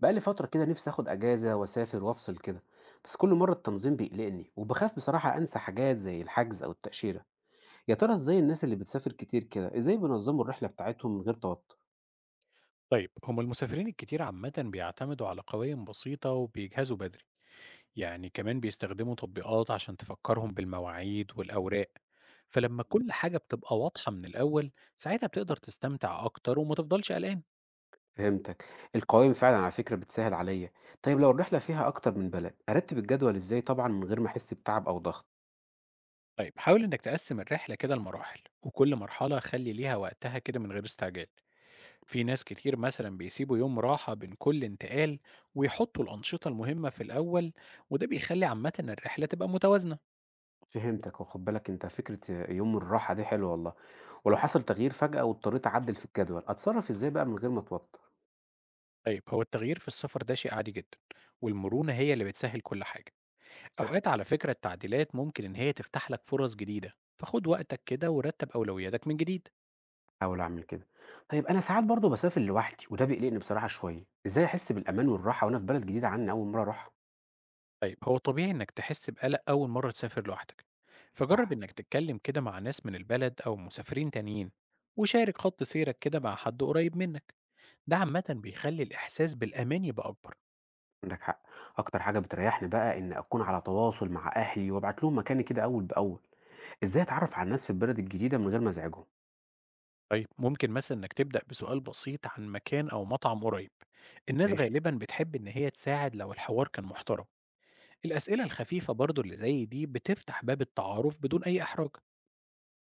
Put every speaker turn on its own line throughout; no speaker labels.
بقالي فترة كده نفسي آخد أجازة وأسافر وأفصل كده. بس كل مرة التنظيم بيقلقني وبخاف بصراحة أنسى حاجات زي الحجز أو التأشيرة. يا ترى إزاي الناس اللي بتسافر كتير كده إزاي بينظموا الرحلة بتاعتهم من غير توتر؟
طيب هما المسافرين الكتير عامة بيعتمدوا على قوائم بسيطة وبيجهزوا بدري. يعني كمان بيستخدموا تطبيقات عشان تفكرهم بالمواعيد والأوراق. فلما كل حاجة بتبقى واضحة من الأول، ساعتها بتقدر تستمتع أكتر وما تفضلش قلقان.
فهمتك. القوائم فعلا على فكرة بتسهل عليا. طيب لو الرحلة فيها أكتر من بلد أرتب الجدول إزاي؟ طبعا من غير ما أحس بتعب أو ضغط.
طيب حاول إنك تقسم الرحلة كده لمراحل، وكل مرحلة خلي ليها وقتها كده من غير استعجال. في ناس كتير مثلا بيسيبوا يوم راحة بين كل انتقال، ويحطوا الأنشطة المهمة في الأول، وده بيخلي عامة الرحلة تبقى متوازنة.
فهمتك، وخد بالك أنت فكرة يوم الراحة دي حلوة والله. ولو حصل تغيير فجأة واضطريت أعدل في الجدول أتصرف إزاي بقى من غير ما أتوتر؟
طيب هو التغيير في السفر ده شيء عادي جدا، والمرونة هي اللي بتسهل كل حاجة.
صح.
أوقات على فكرة التعديلات ممكن إن هي تفتح لك فرص جديدة، فخد وقتك كده ورتب أولوياتك من جديد.
هاحاول أعمل كده. طيب أنا ساعات برضه باسافر لوحدي وده بيقلقني بصراحة شوية، إزاي أحس بالأمان والراحة وأنا في بلد جديدة عني أول مرة أروحها؟
طيب هو طبيعي إنك تحس بقلق أول مرة تسافر لوحدك، فجرب
صح،
إنك تتكلم كده مع ناس من البلد أو مسافرين تانيين. وشارك خط سيرك كده مع حد قريب منك، ده عامة بيخلي الإحساس بالأمان يبقى أكبر.
عندك حق. أكتر حاجة بتريحني بقى إن أكون على تواصل مع أهلي وأبعت لهم مكاني كده أول بأول. إزاي أتعرف على الناس في البلد الجديدة من غير ما أزعجهم؟
طيب ممكن مثلا إنك تبدأ بسؤال بسيط عن مكان أو مطعم قريب. الناس
ماشي،
غالبا بتحب إن هي تساعد لو الحوار كان محترم. الأسئلة الخفيفة برضو اللي زي دي بتفتح باب التعارف بدون أي إحراج.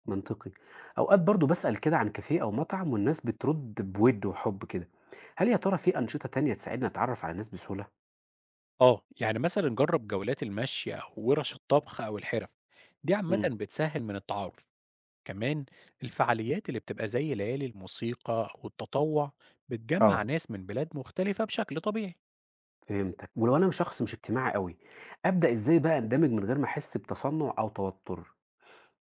منطقي. أوقات برضه باسأل كده عن كافيه أو مطعم والناس بترد بود وحب كده. هل يا ترى في أنشطة تانية تساعدني أتعرف على الناس بسهولة؟
آه، يعني مثلا جرب جولات المشي أو ورش الطبخ أو الحرف، دي عامة
إمم،
بتسهل من التعارف. كمان الفعاليات اللي بتبقى زي ليالي الموسيقى أو التطوع بتجمع
آه.
ناس من بلاد مختلفة بشكل طبيعي.
فهمتك، ولو أنا شخص مش اجتماعي أوي، أبدأ إزاي بقى أندمج من غير ما أحس بتصنع أو توتر؟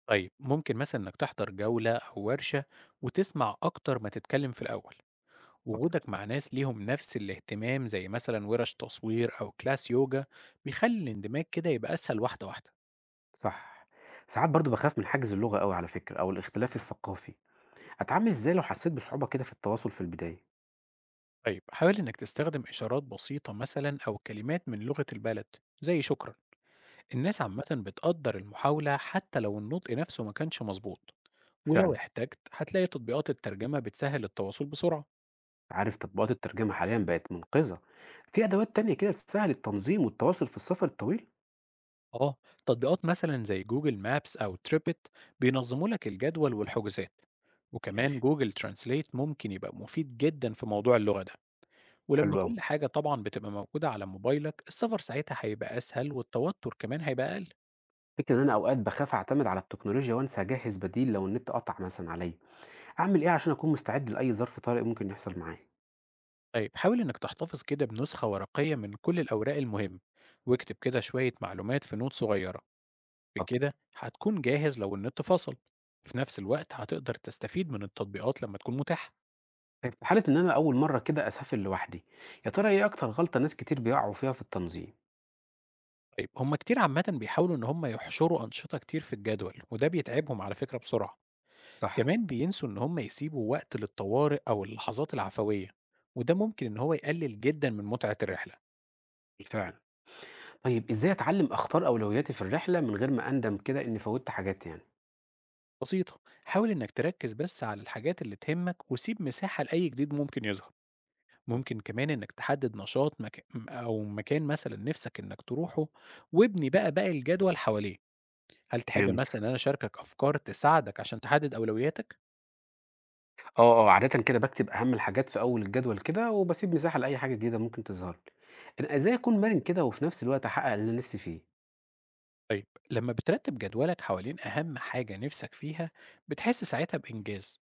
طيب ممكن مثلا إنك تحضر جولة أو ورشة، وتسمع أكتر ما تتكلم في الأول.
اتفضل.
وجودك مع ناس ليهم نفس الاهتمام زي مثلا ورش تصوير أو كلاس يوجا بيخلي الاندماج كده يبقى أسهل واحدة واحدة.
صح، ساعات برضه باخاف من حاجز اللغة أوي على فكرة أو الاختلاف الثقافي، أتعامل إزاي لو حسيت بصعوبة كده في التواصل في البداية؟
طيب حاول إنك تستخدم إشارات بسيطة مثلا أو كلمات من لغة البلد زي شكرا. الناس عامة بتقدر المحاولة حتى لو النطق نفسه ما كانش مظبوط. ولو
فعلًا،
احتجت هتلاقي تطبيقات الترجمة بتسهل التواصل بسرعة.
عارف تطبيقات الترجمة حاليًا بقت منقذة، في أدوات تانية كده تسهل التنظيم والتواصل في السفر الطويل؟
آه، تطبيقات مثلا زي جوجل مابس أو تريبت بينظموا لك الجدول والحجوزات.
ماشي،
وكمان جوجل ترانسليت ممكن يبقى مفيد جدا في موضوع اللغة ده. ولما
حلو أوي،
كل حاجة طبعا بتبقى موجودة على موبايلك، السفر ساعتها هيبقى أسهل والتوتر كمان هيبقى أقل.
فكرة إن أنا أوقات باخاف أعتمد على التكنولوجيا وأنسى أجهز بديل لو النت قطع مثلًا عليَّ، أعمل إيه عشان أكون مستعد لأي ظرف طارئ ممكن يحصل معايا؟
طيب حاول إنك تحتفظ كده بنسخة ورقية من كل الأوراق المهم، واكتب كده شوية معلومات في نوت صغيرة.
اتفضل.
بكده هتكون جاهز لو النت فصل. في نفس الوقت هتقدر تستفيد من التطبيقات لما تكون متاحة.
طيب في حالة إن أنا أول مرة كده أسافر لوحدي، يا ترى إيه أكتر غلطة ناس كتير بيقعوا فيها في التنظيم؟
طيب هم كتير عامة بيحاولوا إن هم يحشروا أنشطة كتير في الجدول، وده بيتعبهم على فكرة بسرعة.
صح.
كمان بينسوا إن هم يسيبوا وقت للطوارئ أو اللحظات العفوية، وده ممكن إن هو يقلل جدا من متعة الرحلة.
بالفعل. طيب إزاي أتعلم أختار أولوياتي في الرحلة من غير ما أندم كده إني فوتت حاجات يعني؟
بسيطة، حاول إنك تركز بس على الحاجات اللي تهمك وسيب مساحة لأي جديد ممكن يظهر. ممكن كمان إنك تحدد أو مكان مثلا نفسك إنك تروحه، وابني بقى باقي الجدول حواليه. هل تحب
فهمت.
مثلا إن أنا أشاركك أفكار تساعدك عشان تحدد أولوياتك؟
آه آه، عادة كده بكتب أهم الحاجات في أول الجدول كده وبسيب مساحة لأي حاجة جديدة ممكن تظهر لي. أنا إزاي أكون مرن كده وفي نفس الوقت أحقق اللي أنا نفسي فيه؟
طيب لما بترتب جدولك حوالين أهم حاجة نفسك فيها، بتحس ساعتها بإنجاز.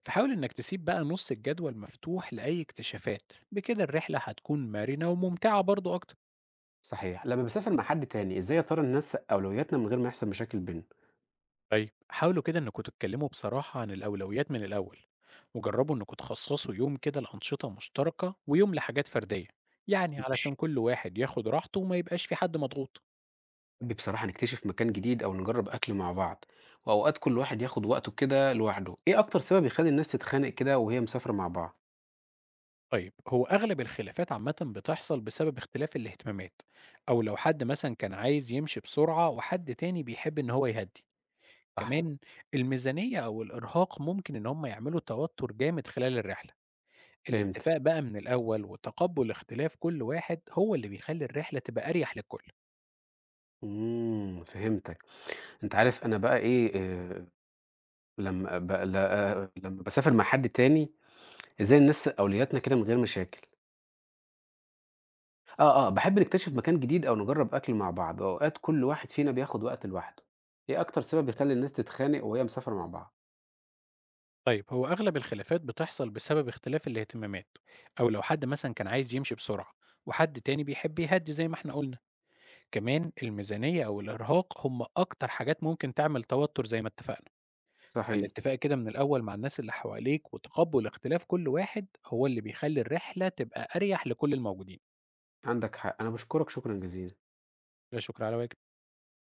فحاول إنك تسيب بقى نص الجدول مفتوح لأي اكتشافات، بكده الرحلة هتكون مرنة وممتعة برضو أكتر.
صحيح. لما بسافر مع حد تاني إزاي يا ترى ننسق أولوياتنا من غير ما يحصل مشاكل بينا؟
طيب حاولوا كده إنكم تتكلموا بصراحة عن الأولويات من الأول، وجربوا إنكم تخصصوا يوم كده لأنشطة مشتركة ويوم لحاجات فردية، يعني علشان كل واحد ياخد راحته وما يبقاش في حد مضغوط.
نحب بصراحة نكتشف مكان جديد أو نجرب أكل مع بعض. وأوقات كل واحد ياخد وقته كده لوحده. إيه أكتر سبب يخلي الناس تتخانق كده وهي مسافرة مع بعض؟
طيب هو أغلب الخلافات عامة بتحصل بسبب اختلاف الاهتمامات، أو لو حد مثلا كان عايز يمشي بسرعة وحد تاني بيحب إن هو يهدي.
صح.
كمان الميزانية أو الإرهاق ممكن إن هم يعملوا توتر جامد خلال الرحلة.
فهمت.
الاتفاق بقى من الأول وتقبل اختلاف كل واحد هو اللي بيخلي الرحلة تبقى أريح للكل.
فهمتك. أنت عارف أنا بقى إيه، آه، لما ب... لا... آه، لما بسافر مع حد تاني إزاي الناس أولوياتنا كده من غير مشاكل؟ آه آه، بحب نكتشف مكان جديد أو نجرب أكل مع بعض وأوقات كل واحد فينا بياخد وقت لوحده. إيه أكتر سبب يخلي الناس تتخانق وهي مسافرة مع بعض؟
طيب هو أغلب الخلافات بتحصل بسبب اختلاف الاهتمامات، أو لو حد مثلا كان عايز يمشي بسرعة وحد تاني بيحب يهدي زي ما احنا قلنا. كمان الميزانية أو الإرهاق هم أكتر حاجات ممكن تعمل توتر زي ما اتفقنا.
صحيح.
فالاتفاق كده من الأول مع الناس اللي حواليك وتقبل اختلاف كل واحد هو اللي بيخلي الرحلة تبقى أريح لكل الموجودين.
عندك حق. أنا بشكرك شكرا جزيلا.
لا شكر على واجب.